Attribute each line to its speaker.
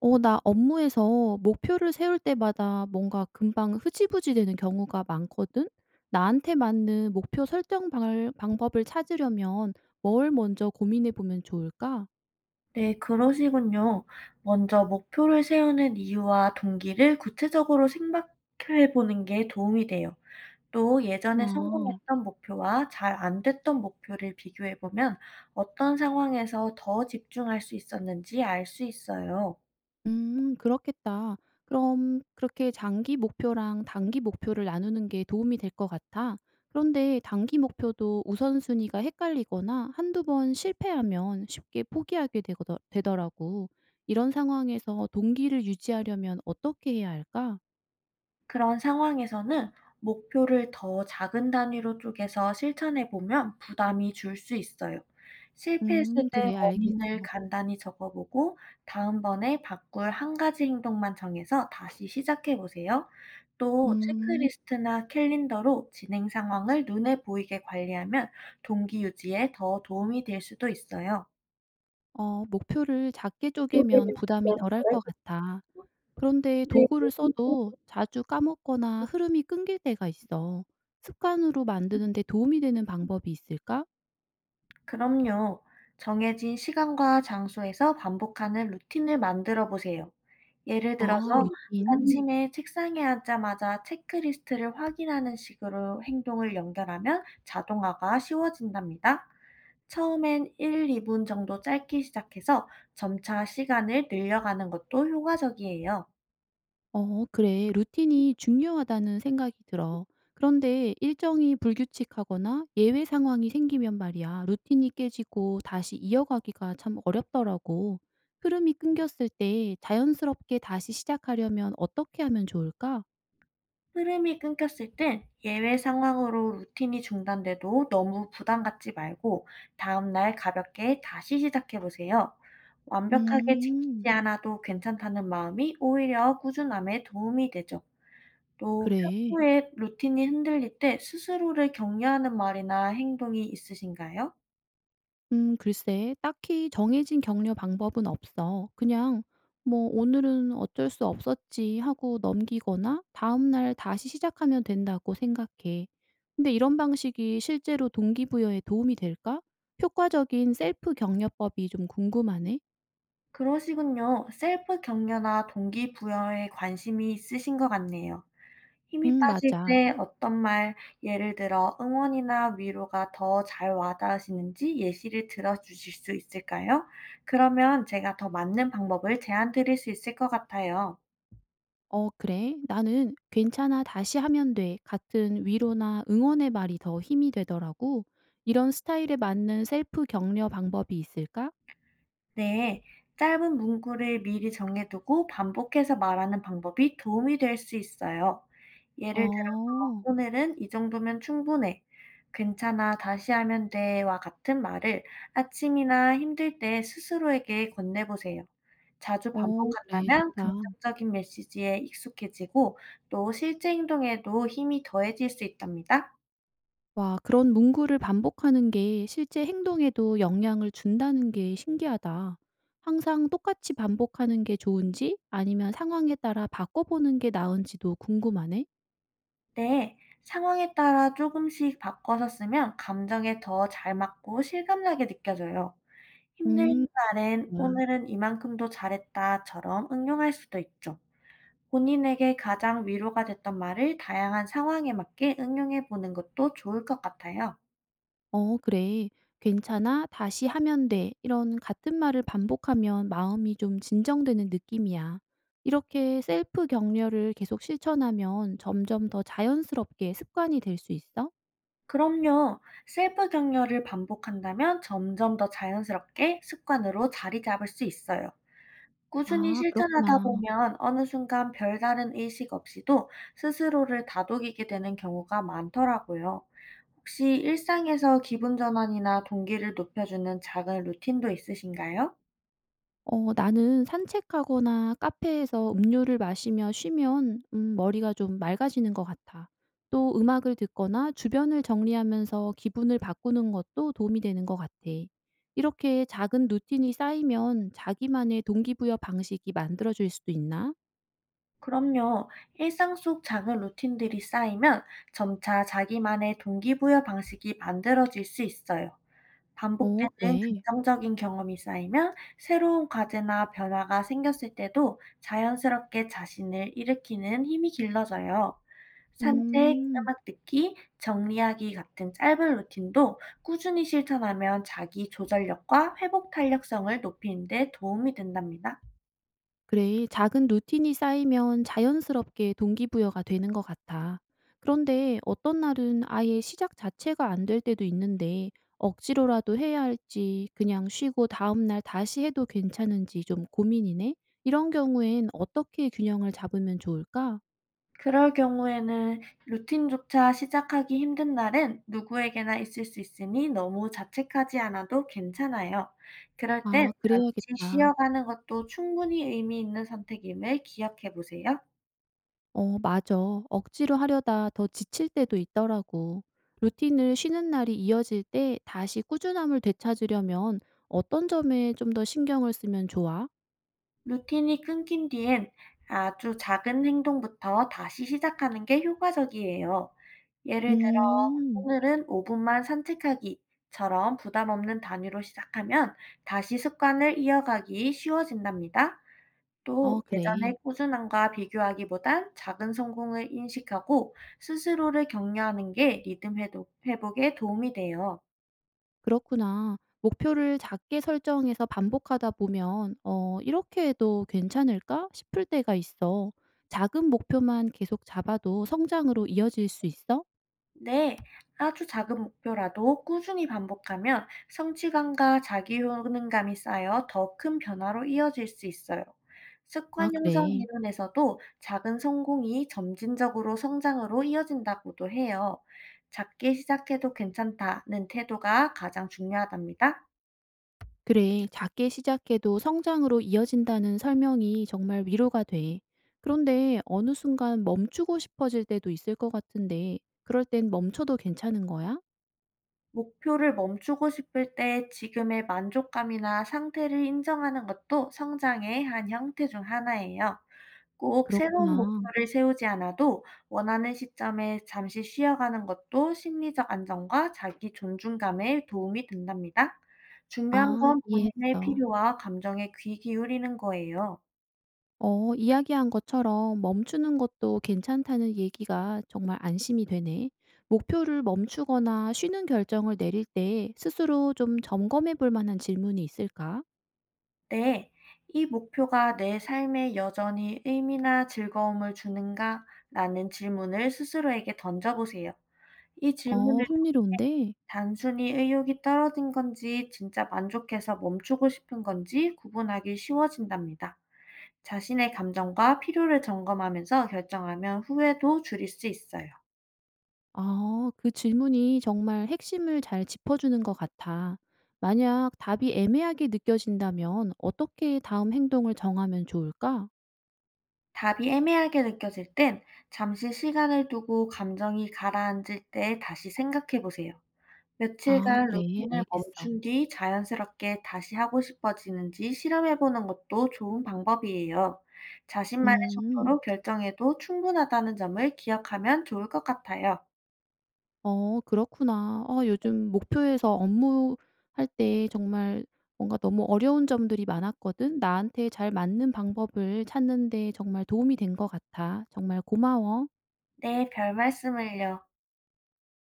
Speaker 1: 어 나 업무에서 목표를 세울 때마다 뭔가 금방 흐지부지 되는 경우가 많거든. 나한테 맞는 목표 설정 방을 방법을 찾으려면 뭘 먼저 고민해 보면 좋을까?
Speaker 2: 네, 그러시군요. 먼저 목표를 세우는 이유와 동기를 구체적으로 생각해 보는 게 도움이 돼요. 또 예전에
Speaker 1: 구나.
Speaker 2: 성공했던 목표와 잘 안 됐던 목표를 비교해 보면 어떤 상황에서 더 집중할 수 있었는지 알 수 있어요.
Speaker 1: 그렇겠다. 그럼 그렇게 장기 목표랑 단기 목표를 나누는 게 도움이 될 것 같아. 그런데 단기 목표도 우선순위가 헷갈리거나 한두 번 실패하면 쉽게 포기하게 되더라고. 이런 상황에서 동기를 유지하려면 어떻게 해야 할까?
Speaker 2: 그런 상황에서는 목표를 더 작은 단위로 쪼개서 실천해 보면 부담이 줄 수 있어요. 실패했을 때
Speaker 1: 그래 알겠어.
Speaker 2: 원인을 간단히 적어보고 다음번에 바꿀 한 가지 행동만 정해서 다시 시작해 보세요. 또
Speaker 1: 음.
Speaker 2: 체크리스트나 캘린더로 진행 상황을 눈에 보이게 관리하면 동기 유지에 더 도움이 될 수도 있어요.
Speaker 1: 어 목표를 작게
Speaker 2: 쪽이면
Speaker 1: 쪼개면 부담이
Speaker 2: 부담이
Speaker 1: 덜할
Speaker 2: 덜할
Speaker 1: 것 같아. 그런데
Speaker 2: 텐데.
Speaker 1: 도구를 써도 자주 까먹거나 흐름이 끊길 때가 있어. 습관으로 만드는데 도움이 되는 방법이 있을까?
Speaker 2: 그럼요. 정해진 시간과 장소에서 반복하는 루틴을 만들어 보세요. 예를
Speaker 1: 아,
Speaker 2: 들어서
Speaker 1: 루틴.
Speaker 2: 아침에 책상에 앉자마자 체크리스트를 확인하는 식으로 행동을 연결하면 자동화가 쉬워진답니다. 처음엔 1, 2분 정도 짧게 시작해서 점차 시간을 늘려가는 것도 효과적이에요.
Speaker 1: 어, 그래. 루틴이 중요하다는 생각이 들어. 그런데 일정이 불규칙하거나 예외 상황이 생기면 말이야. 루틴이 깨지고 다시 이어가기가 참 어렵더라고. 흐름이 끊겼을 때 자연스럽게 다시 시작하려면 어떻게 하면 좋을까?
Speaker 2: 흐름이 끊겼을 땐 예외 상황으로 루틴이 중단돼도 너무 부담 갖지 말고 다음날 가볍게 다시 시작해 보세요. 완벽하게 지키지
Speaker 1: 음,
Speaker 2: 않아도 괜찮다는 마음이 오히려 꾸준함에 도움이 되죠. 또
Speaker 1: 그래.
Speaker 2: 평소에 루틴이 흔들릴 때 스스로를 격려하는 말이나 행동이 있으신가요?
Speaker 1: 글쎄 딱히 정해진 격려 방법은 없어. 그냥 뭐 '오늘은 어쩔 수 없었지.' 하고 넘기거나 다음 날 다시 시작하면 된다고 생각해. 근데 이런 방식이 실제로 동기부여에 도움이 될까? 효과적인 셀프 격려법이 좀 궁금하네.
Speaker 2: 그러시군요. 셀프 격려나 동기부여에 관심이 있으신 것 같네요. 힘이
Speaker 1: 응
Speaker 2: 빠질
Speaker 1: 맞아.
Speaker 2: 때 어떤 말, 예를 들어 응원이나 위로가 더 잘 와닿으시는지 예시를 들어 주실 수 있을까요? 그러면 제가 더 맞는 방법을 제안 드릴 수 있을 것 같아요.
Speaker 1: "어 그래. 나는 괜찮아. 다시 하면 돼." 같은 위로나 응원의 말이 더 힘이 되더라고. 이런 스타일에 맞는 셀프 격려 방법이 있을까?
Speaker 2: 네. 짧은 문구를 미리 정해두고 반복해서 말하는 방법이 도움이 될 수 있어요. 예를 들어
Speaker 1: 어.
Speaker 2: "오늘은 이 정도면 충분해. 괜찮아. 다시 하면 돼."와 같은 말을 아침이나 힘들 때 스스로에게 건네보세요. 자주
Speaker 1: 어 그래.
Speaker 2: 반복한다면
Speaker 1: 좋다.
Speaker 2: 긍정적인 메시지에 익숙해지고 또 실제 행동에도 힘이 더해질 수 있답니다.
Speaker 1: 와 그런 문구를 반복하는 게 실제 행동에도 영향을 준다는 게 신기하다. 항상 똑같이 반복하는 게 좋은지 아니면 상황에 따라 바꿔보는 게 나은지도 궁금하네.
Speaker 2: 네. 상황에 따라 조금씩 바꿔서 쓰면 감정에 더 잘 맞고 실감나게 느껴져요. 힘든
Speaker 1: 음.
Speaker 2: 날엔
Speaker 1: 와.
Speaker 2: "오늘은 이만큼도 잘했다."처럼 응용할 수도 있죠. 본인에게 가장 위로가 됐던 말을 다양한 상황에 맞게 응용해 보는 것도 좋을 것 같아요.
Speaker 1: 어 그래. "괜찮아. 다시 하면 돼." 이런 같은 말을 반복하면 마음이 좀 진정되는 느낌이야. 이렇게 셀프 격려를 계속 실천하면 점점 더 자연스럽게 습관이 될 수 있어?
Speaker 2: 그럼요. 셀프 격려를 반복한다면 점점 더 자연스럽게 습관으로 자리 잡을 수 있어요. 꾸준히
Speaker 1: 아
Speaker 2: 실천하다
Speaker 1: 그렇구나.
Speaker 2: 보면 어느 순간 별다른 의식 없이도 스스로를 다독이게 되는 경우가 많더라고요. 혹시 일상에서 기분 전환이나 동기를 높여주는 작은 루틴도 있으신가요?
Speaker 1: 어 나는 산책하거나 카페에서 음료를 마시며 쉬면 머리가 좀 맑아지는 것 같아. 또 음악을 듣거나 주변을 정리하면서 기분을 바꾸는 것도 도움이 되는 것 같아. 이렇게 작은 루틴이 쌓이면 자기만의 동기부여 방식이 만들어질 수도 있나?
Speaker 2: 그럼요. 일상 속 작은 루틴들이 쌓이면 점차 자기만의 동기부여 방식이 만들어질 수 있어요.
Speaker 1: 어,
Speaker 2: 반복되는
Speaker 1: 그래.
Speaker 2: 긍정적인 경험이 쌓이면 새로운 과제나 변화가 생겼을 때도 자연스럽게 자신을 일으키는 힘이 길러져요. 산책,
Speaker 1: 음.
Speaker 2: 음악 듣기, 정리하기 같은 짧은 루틴도 꾸준히 실천하면 자기 조절력과 회복 탄력성을 높이는 데 도움이 된답니다.
Speaker 1: 그래, 작은 루틴이 쌓이면 자연스럽게 동기부여가 되는 것 같아. 그런데 어떤 날은 아예 시작 자체가 안 될 때도 있는데 억지로라도 해야 할지 그냥 쉬고 다음날 다시 해도 괜찮은지 좀 고민이네? 이런 경우엔 어떻게 균형을 잡으면 좋을까?
Speaker 2: 그럴 경우에는 루틴조차 시작하기 힘든 날은 누구에게나 있을 수 있으니 너무 자책하지 않아도 괜찮아요. 그럴 땐
Speaker 1: 아,
Speaker 2: 잠시
Speaker 1: 그래야겠다.
Speaker 2: 쉬어가는 것도 충분히 의미 있는 선택임을 기억해 보세요.
Speaker 1: 어 맞아. 억지로 하려다 더 지칠 때도 있더라고. 루틴을 쉬는 날이 이어질 때 다시 꾸준함을 되찾으려면 어떤 점에 좀 더 신경을 쓰면 좋아?
Speaker 2: 루틴이 끊긴 뒤엔 아주 작은 행동부터 다시 시작하는 게 효과적이에요. 예를 들어,
Speaker 1: 음.
Speaker 2: 오늘은 오 분만 산책하기처럼 부담 없는 단위로 시작하면 다시 습관을 이어가기 쉬워진답니다.
Speaker 1: 어
Speaker 2: 또 예전의
Speaker 1: 그래.
Speaker 2: 꾸준함과 비교하기보단 작은 성공을 인식하고 스스로를 격려하는 게 리듬 회복에 도움이 돼요.
Speaker 1: 그렇구나. 목표를 작게 설정해서 반복하다 보면 '어 이렇게 해도 괜찮을까?' 싶을 때가 있어. 작은 목표만 계속 잡아도 성장으로 이어질 수 있어?
Speaker 2: 네, 아주 작은 목표라도 꾸준히 반복하면 성취감과 자기 효능감이 쌓여 더 큰 변화로 이어질 수 있어요.
Speaker 1: 아
Speaker 2: 습관 형성
Speaker 1: 그래.
Speaker 2: 이론에서도 작은 성공이 점진적으로 성장으로 이어진다고도 해요. 작게 시작해도 괜찮다는 태도가 가장 중요하답니다.
Speaker 1: 그래, 작게 시작해도 성장으로 이어진다는 설명이 정말 위로가 돼. 그런데 어느 순간 멈추고 싶어질 때도 있을 것 같은데, 그럴 땐 멈춰도 괜찮은 거야?
Speaker 2: 목표를 멈추고 싶을 때 지금의 만족감이나 상태를 인정하는 것도 성장의 한 형태 중 하나예요. 꼭 새로운
Speaker 1: 그렇구나.
Speaker 2: 목표를 세우지 않아도 원하는 시점에 잠시 쉬어가는 것도 심리적 안정과 자기 존중감에 도움이 된답니다. 중요한
Speaker 1: 아,
Speaker 2: 건 본인의
Speaker 1: 이해했어.
Speaker 2: 필요와 감정에 귀 기울이는 거예요.
Speaker 1: 어, 이야기한 것처럼 멈추는 것도 괜찮다는 얘기가 정말 안심이 되네. 목표를 멈추거나 쉬는 결정을 내릴 때 스스로 좀 점검해 볼 만한 질문이 있을까?
Speaker 2: 네, 이 목표가 내 삶에 여전히 의미나 즐거움을 주는가? 라는 질문을 스스로에게 던져보세요. 이
Speaker 1: 어,
Speaker 2: 질문을 통해
Speaker 1: 흥미로운데?
Speaker 2: 단순히 의욕이 떨어진 건지 진짜 만족해서 멈추고 싶은 건지 구분하기 쉬워진답니다. 자신의 감정과 필요를 점검하면서 결정하면 후회도 줄일 수 있어요.
Speaker 1: 아 그 질문이 정말 핵심을 잘 짚어주는 것 같아. 만약 답이 애매하게 느껴진다면 어떻게 다음 행동을 정하면 좋을까?
Speaker 2: 답이 애매하게 느껴질 땐 잠시 시간을 두고 감정이 가라앉을 때 다시 생각해 보세요.
Speaker 1: 아,
Speaker 2: 며칠간
Speaker 1: 그래.
Speaker 2: 루틴을
Speaker 1: 알겠어.
Speaker 2: 멈춘 뒤 자연스럽게 다시 하고 싶어지는지 실험해 보는 것도 좋은 방법이에요. 자신만의
Speaker 1: 음.
Speaker 2: 속도로 결정해도 충분하다는 점을 기억하면 좋을 것 같아요.
Speaker 1: 어, 그렇구나. 어, 요즘 목표에서 업무할 때 정말 뭔가 너무 어려운 점들이 많았거든. 나한테 잘 맞는 방법을 찾는 데 정말 도움이 된 것 같아. 정말 고마워.
Speaker 2: 네, 별 말씀을요.